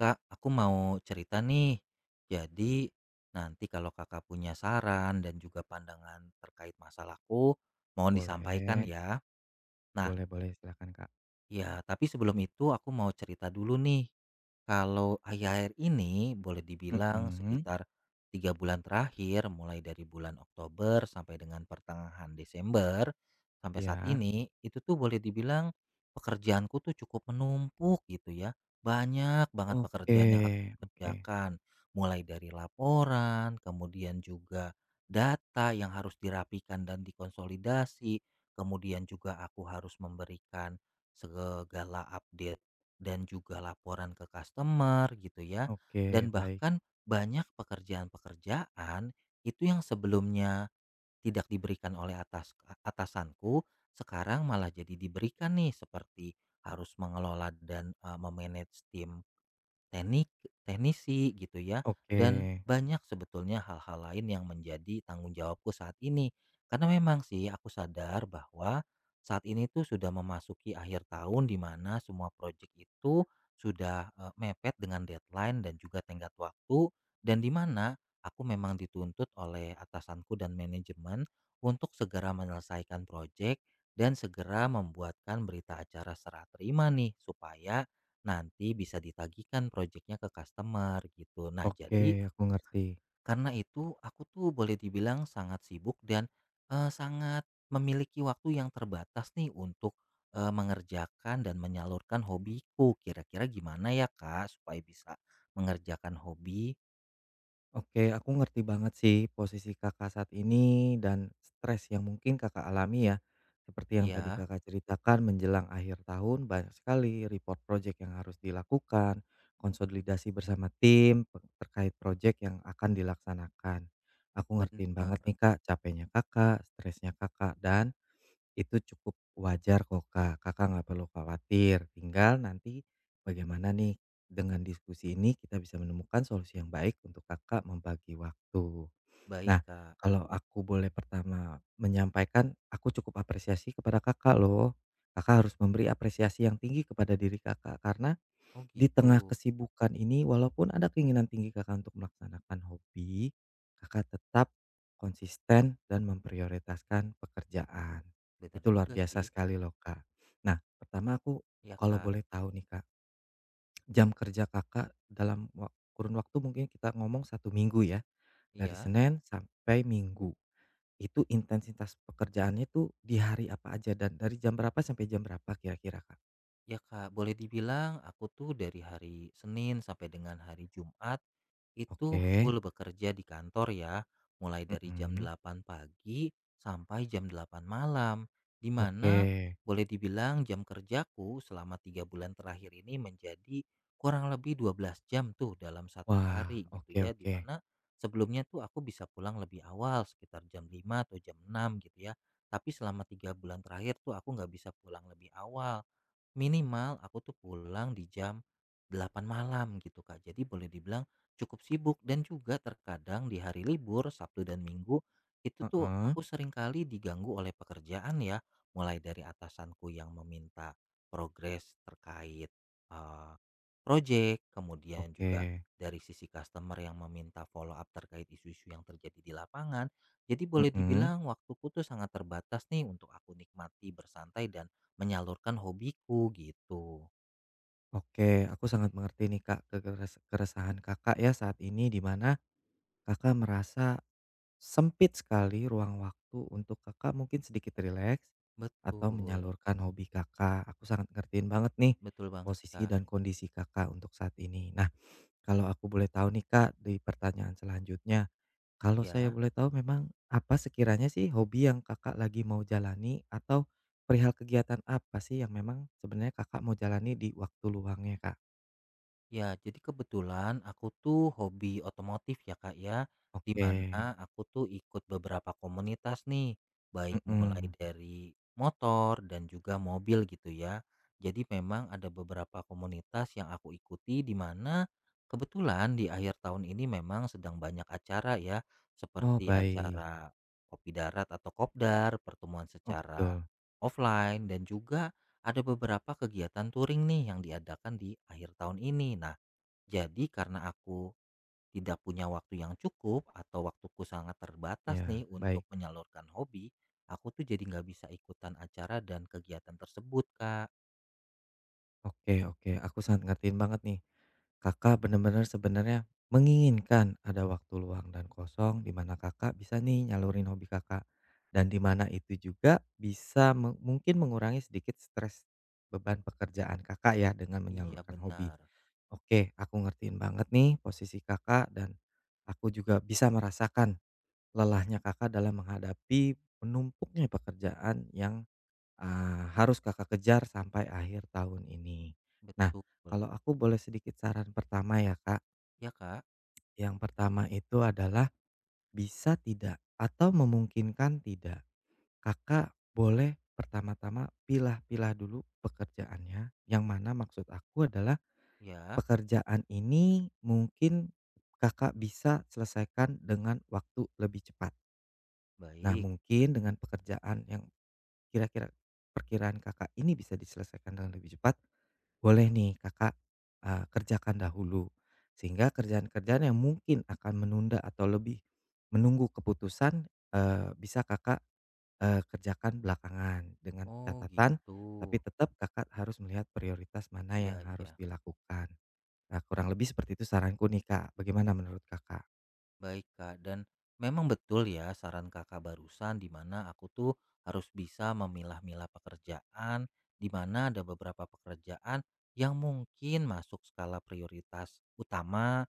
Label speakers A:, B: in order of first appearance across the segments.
A: Kak, aku mau cerita nih. Jadi nanti kalau Kakak punya saran dan juga pandangan terkait masalahku, mohon disampaikan
B: Boleh
A: ya. Nah,
B: boleh boleh, silakan, Kak.
A: ya, tapi sebelum itu aku mau cerita dulu nih. Kalau akhir-akhir ini boleh dibilang
B: Mhm,
A: sekitar tiga bulan terakhir, mulai dari bulan Oktober sampai dengan pertengahan Desember, sampai saat
B: iya.
A: ini, itu tuh boleh dibilang pekerjaanku tuh cukup menumpuk gitu ya. Banyak banget
B: Oke
A: pekerjaan yang aku
B: oke
A: kerjakan, mulai dari laporan, kemudian juga data yang harus dirapikan dan dikonsolidasi, kemudian juga aku harus memberikan segala update dan juga laporan ke customer gitu ya.
B: oke,
A: Dan
B: baik.
A: bahkan banyak pekerjaan-pekerjaan itu yang sebelumnya tidak diberikan oleh atasanku, sekarang malah jadi diberikan nih seperti harus mengelola dan memanage tim Teknik teknisi gitu ya,
B: Oke
A: dan banyak sebetulnya hal-hal lain yang menjadi tanggung jawabku saat ini. Karena memang sih aku sadar bahwa saat ini tuh sudah memasuki akhir tahun di mana semua proyek itu sudah mepet dengan deadline dan juga tenggat waktu dan di mana aku memang dituntut oleh atasanku dan manajemen untuk segera menyelesaikan proyek dan segera membuatkan berita acara serah terima nih supaya nanti bisa ditagihkan proyeknya ke customer gitu. Nah,
B: oke,
A: jadi
B: aku ngerti.
A: karena itu aku tuh boleh dibilang sangat sibuk dan sangat memiliki waktu yang terbatas nih untuk mengerjakan dan menyalurkan hobiku. Kira-kira gimana ya, Kak, supaya bisa mengerjakan hobi?
B: Oke, aku ngerti banget sih posisi Kakak saat ini dan stres yang mungkin Kakak alami ya. Seperti yang tadi
A: Ya,
B: Kakak ceritakan, menjelang akhir tahun banyak sekali report project yang harus dilakukan, konsolidasi bersama tim terkait project yang akan dilaksanakan. Aku ngertiin banget
A: benar.
B: nih Kak, capeknya Kakak, stresnya Kakak, dan itu cukup wajar kok, Kak. Kakak nggak perlu khawatir. Tinggal nanti bagaimana nih dengan diskusi ini kita bisa menemukan solusi yang baik untuk Kakak membagi waktu.
A: Baik,
B: Nah,
A: Kak.
B: kalau aku boleh pertama menyampaikan, aku cukup apresiasi kepada Kakak loh. Kakak harus memberi apresiasi yang tinggi kepada diri Kakak karena
A: Oh,
B: di tengah
A: gitu.
B: kesibukan ini, walaupun ada keinginan tinggi Kakak untuk melaksanakan hobi, Kakak tetap konsisten dan memprioritaskan pekerjaan.
A: Benar
B: Itu luar
A: juga
B: biasa
A: sih.
B: sekali loh, Kak. Nah, pertama aku
A: Ya,
B: kalau
A: Kak.
B: boleh tahu nih, Kak, jam kerja Kakak dalam kurun waktu, mungkin kita ngomong satu minggu ya, dari
A: Iya.
B: Senin sampai Minggu, itu intensitas pekerjaannya tuh di hari apa aja dan dari jam berapa sampai jam berapa kira-kira, Kak?
A: Ya Kak, boleh dibilang aku tuh dari hari Senin sampai dengan hari Jumat itu
B: Oke,
A: full bekerja di kantor ya, mulai dari jam
B: mhm,
A: 8 pagi sampai jam 8 malam, di
B: oke.
A: mana boleh dibilang jam kerjaku selama tiga bulan terakhir ini menjadi kurang lebih 12 jam tuh dalam satu
B: Wah,
A: hari gitu
B: oke
A: ya, di
B: oke.
A: mana sebelumnya tuh aku bisa pulang lebih awal sekitar jam 5 atau jam 6 gitu ya, tapi selama tiga bulan terakhir tuh aku nggak bisa pulang lebih awal. Minimal aku tuh pulang di jam 8 malam gitu Kak. Jadi boleh dibilang cukup sibuk dan juga terkadang di hari libur Sabtu dan Minggu itu tuh
B: Heeh,
A: aku seringkali diganggu oleh pekerjaan ya, mulai dari atasanku yang meminta progres terkait eh, project, kemudian juga
B: oke.
A: dari sisi customer yang meminta follow up terkait isu-isu yang terjadi di lapangan. Jadi boleh
B: Mhm,
A: dibilang waktuku tuh sangat terbatas nih untuk aku nikmati bersantai dan menyalurkan hobiku gitu.
B: oke. Aku sangat mengerti nih, Kak, keresahan Kakak ya saat ini, di mana Kakak merasa sempit sekali ruang waktu untuk Kakak mungkin sedikit rileks atau
A: Betul,
B: menyalurkan hobi Kakak. Aku sangat ngertiin banget nih
A: betul banget
B: posisi
A: Kak.
B: dan kondisi Kakak untuk saat ini. Nah, kalau aku boleh tahu nih Kak, di pertanyaan selanjutnya, kalau saya
A: Ya.
B: boleh tahu, memang apa sekiranya sih hobi yang Kakak lagi mau jalani, atau perihal kegiatan apa sih yang memang sebenarnya Kakak mau jalani di waktu luangnya, Kak?
A: Ya, jadi kebetulan aku tuh hobi otomotif ya Kak ya, di
B: Oke,
A: mana aku tuh ikut beberapa komunitas nih, baik mulai
B: mhm.
A: dari motor dan juga mobil gitu ya. Jadi memang ada beberapa komunitas yang aku ikuti di mana kebetulan di akhir tahun ini memang sedang banyak acara ya,
B: Oh
A: seperti
B: baik,
A: acara Kopi Darat atau Kopdar, pertemuan
B: oh
A: secara
B: betul,
A: offline dan juga ada beberapa kegiatan touring nih yang diadakan di akhir tahun ini. Nah, jadi karena aku tidak punya waktu yang cukup atau waktuku sangat terbatas nih
B: ya
A: untuk
B: baik.
A: menyalurkan hobi, aku tuh jadi nggak bisa ikutan acara dan kegiatan tersebut, Kak.
B: Oke oke, aku sangat ngertiin banget nih. Kakak benar-benar sebenarnya menginginkan ada waktu luang dan kosong di mana kakak bisa nih nyalurin hobi kakak, dan di mana itu juga bisa mungkin mengurangi sedikit stres beban pekerjaan kakak ya dengan
A: Iya,
B: menyalurkan hobi.
A: benar.
B: Oke, aku ngertiin banget nih posisi kakak, dan aku juga bisa merasakan lelahnya kakak dalam menghadapi menumpuknya pekerjaan yang harus Kakak kejar sampai akhir tahun ini. Nah,
A: Betul.
B: kalau aku boleh sedikit saran pertama ya, Kak.
A: Ya, Kak?
B: Yang pertama itu adalah bisa tidak atau memungkinkan tidak, Kakak boleh pertama-tama pilah-pilah dulu pekerjaannya, yang mana maksud aku adalah
A: Ya,
B: pekerjaan ini mungkin Kakak bisa selesaikan dengan waktu lebih cepat. Nah,
A: baik.
B: mungkin dengan pekerjaan yang kira-kira perkiraan Kakak ini bisa diselesaikan dengan lebih cepat, boleh nih Kakak kerjakan dahulu, sehingga kerjaan-kerjaan yang mungkin akan menunda atau lebih menunggu keputusan, bisa Kakak kerjakan belakangan, dengan
A: Oh,
B: catatan, tapi
A: gitu.
B: tetap Kakak harus melihat prioritas mana yang
A: Iya,
B: harus
A: iya.
B: dilakukan. Nah, kurang lebih seperti itu saranku nih Kak, bagaimana menurut Kakak?
A: Baik Kak, dan memang betul ya saran Kakak barusan di mana aku tuh harus bisa memilah-milah pekerjaan, di mana ada beberapa pekerjaan yang mungkin masuk skala prioritas utama.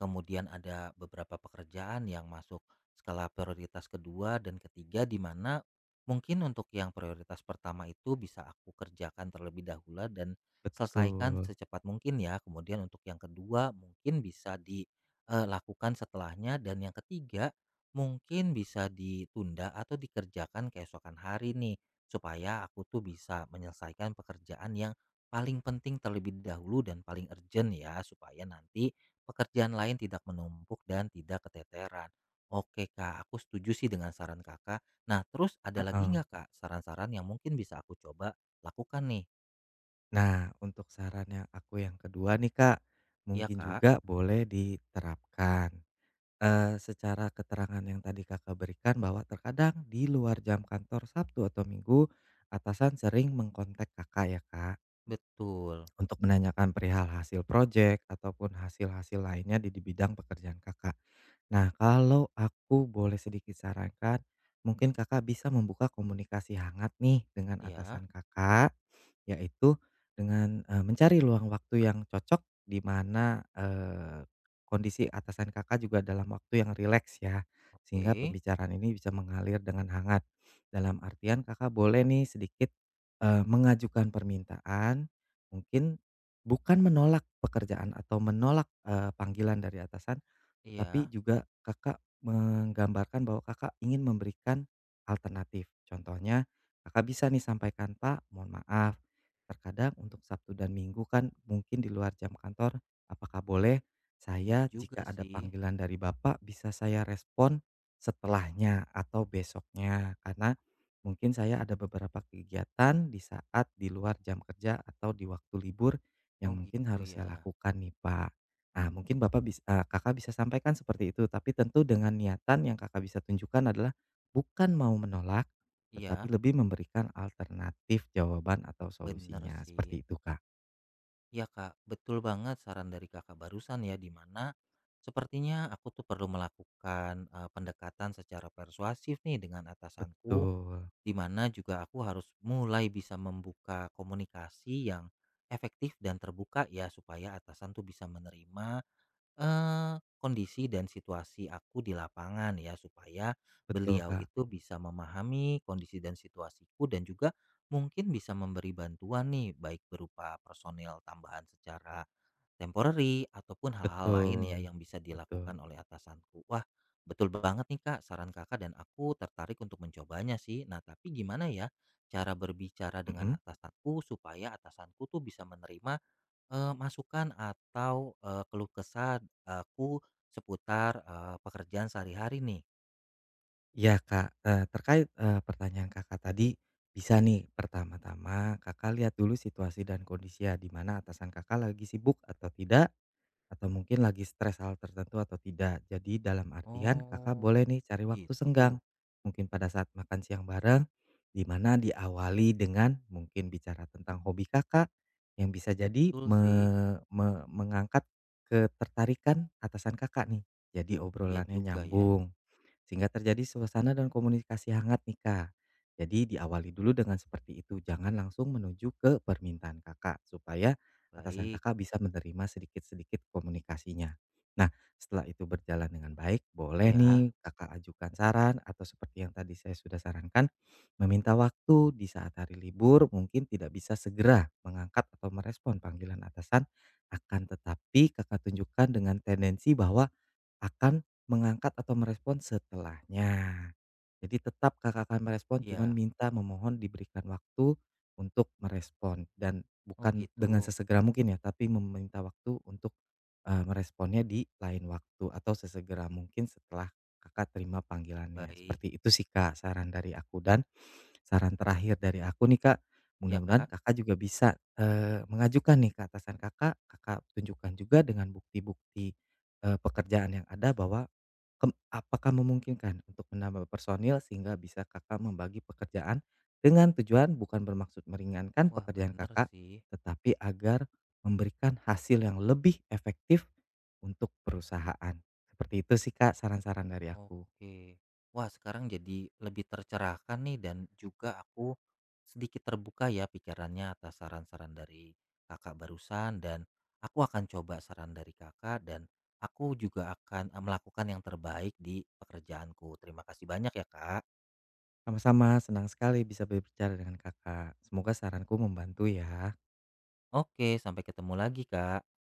A: Kemudian ada beberapa pekerjaan yang masuk skala prioritas kedua dan ketiga 3 di mana mungkin untuk yang prioritas pertama itu bisa aku kerjakan terlebih dahulu dan selesaikan
B: Betul,
A: secepat mungkin ya. Kemudian untuk yang kedua mungkin bisa dilakukan setelahnya dan yang ketiga mungkin bisa ditunda atau dikerjakan keesokan hari nih supaya aku tuh bisa menyelesaikan pekerjaan yang paling penting terlebih dahulu dan paling urgent ya supaya nanti pekerjaan lain tidak menumpuk dan tidak keteteran. Oke Kak, aku setuju sih dengan saran Kakak. Nah, terus ada lagi
B: heeh.
A: nggak Kak saran-saran yang mungkin bisa aku coba lakukan nih?
B: Nah, untuk saran yang aku yang kedua nih Kak,
A: Iya
B: mungkin
A: Kak,
B: juga boleh diterapkan. Secara keterangan yang tadi Kakak berikan bahwa terkadang di luar jam kantor Sabtu atau Minggu, atasan sering mengkontak Kakak ya, Kak,
A: betul.
B: untuk menanyakan perihal hasil proyek ataupun hasil-hasil lainnya di bidang pekerjaan Kakak. Nah, kalau aku boleh sedikit sarankan, mungkin Kakak bisa membuka komunikasi hangat nih dengan
A: Iya,
B: atasan Kakak, yaitu dengan, mencari luang waktu yang cocok di mana, kondisi atasan Kakak juga dalam waktu yang rileks ya, sehingga
A: oke.
B: pembicaraan ini bisa mengalir dengan hangat. Dalam artian Kakak boleh nih sedikit mengajukan permintaan. Mungkin bukan menolak pekerjaan atau menolak panggilan dari atasan, tetapi
A: Iya,
B: juga Kakak menggambarkan bahwa Kakak ingin memberikan alternatif. Contohnya Kakak bisa nih sampaikan, "Pak, mohon maaf, terkadang untuk Sabtu dan Minggu kan mungkin di luar jam kantor, apakah boleh
A: bener
B: saya, jika
A: juga
B: ada
A: sih.
B: panggilan dari Bapak, bisa saya respon setelahnya atau besoknya? Karena mungkin saya ada beberapa kegiatan di saat di luar jam kerja atau di waktu libur yang
A: Oh
B: mungkin
A: gitu
B: harus saya
A: ya.
B: lakukan nih, Pak." Nah, mungkin Bapak bisa Kakak bisa sampaikan seperti itu, tapi tentu dengan niatan yang Kakak bisa tunjukkan adalah bukan mau menolak, tetapi
A: Iya,
B: lebih memberikan alternatif jawaban atau
A: bener
B: solusinya,
A: sih.
B: seperti itu, Kak.
A: Iya Kak, betul banget saran dari Kakak barusan ya, di mana sepertinya aku tuh perlu melakukan pendekatan secara persuasif nih dengan atasanku.
B: Betul,
A: Di mana juga aku harus mulai bisa membuka komunikasi yang efektif dan terbuka ya supaya atasan tuh bisa menerima kondisi dan situasi aku di lapangan ya supaya
B: betul,
A: beliau
B: Kak.
A: itu bisa memahami kondisi dan situasiku dan juga mungkin bisa memberi bantuan nih baik berupa personil tambahan secara temporary ataupun hal-hal lain ya
B: Betul,
A: yang bisa dilakukan
B: betul.
A: oleh atasanku. Wah, betul banget nih Kak, saran Kakak dan aku tertarik untuk mencobanya sih. Nah, tapi gimana ya cara berbicara dengan
B: Mhm.
A: atasanku supaya atasanku tuh bisa menerima masukan atau keluh kesah aku seputar pekerjaan sehari-hari nih?
B: Iya Kak, terkait pertanyaan Kakak tadi, bisa nih pertama-tama Kakak lihat dulu situasi dan kondisi ya, di mana atasan Kakak lagi sibuk atau tidak, atau mungkin lagi stres hal tertentu atau tidak. Jadi dalam artian Kakak
A: Oh,
B: boleh nih cari waktu
A: gitu.
B: senggang, mungkin pada saat makan siang bareng, di mana diawali dengan mungkin bicara tentang hobi Kakak, yang bisa jadi
A: Betul
B: me
A: sih.
B: me mengangkat ketertarikan atasan Kakak nih. Jadi
A: Iya
B: obrolannya
A: juga ya.
B: nyambung. Sehingga terjadi suasana dan komunikasi hangat nih Kak. Jadi diawali dulu dengan seperti itu, jangan langsung menuju ke permintaan Kakak, supaya atasan
A: Baik,
B: Kakak bisa menerima sedikit-sedikit komunikasinya. Nah, setelah itu berjalan dengan baik, boleh
A: ya.
B: nih Kakak ajukan saran atau seperti yang tadi saya sudah sarankan, meminta waktu di saat hari libur mungkin tidak bisa segera mengangkat atau merespon panggilan atasan, akan tetapi Kakak tunjukkan dengan tendensi bahwa akan mengangkat atau merespon setelahnya. Jadi tetap Kakak akan merespon, cuman
A: Iya.
B: minta memohon diberikan waktu untuk merespon dan
A: Oh,
B: bukan dengan
A: gitu.
B: sesegera mungkin ya, tapi meminta waktu untuk meresponnya di lain waktu atau sesegera mungkin setelah Kakak terima panggilannya.
A: Baik.
B: Seperti itu sih Kak saran dari aku, dan saran terakhir dari aku nih Kak,
A: Ya,
B: mudah-mudahan
A: Kak.
B: Kakak juga bisa mengajukan nih ke atasan Kakak, Kakak tunjukkan juga dengan bukti-bukti pekerjaan yang ada bahwa, apakah memungkinkan untuk menambah personil sehingga bisa Kakak membagi pekerjaan, dengan tujuan bukan bermaksud meringankan
A: Wah,
B: pekerjaan
A: benar
B: Kakak,
A: sih.
B: tetapi agar memberikan hasil yang lebih efektif untuk perusahaan. Seperti itu sih Kak saran-saran dari aku.
A: Oke. Wah, sekarang jadi lebih tercerahkan nih dan juga aku sedikit terbuka ya pikirannya atas saran-saran dari kakak barusan dan aku akan coba saran dari kakak dan aku juga akan melakukan yang terbaik di pekerjaanku. Terima kasih banyak ya, Kak.
B: Sama-sama, senang sekali bisa berbicara dengan Kakak. Semoga saranku membantu ya.
A: Oke, sampai ketemu lagi, Kak.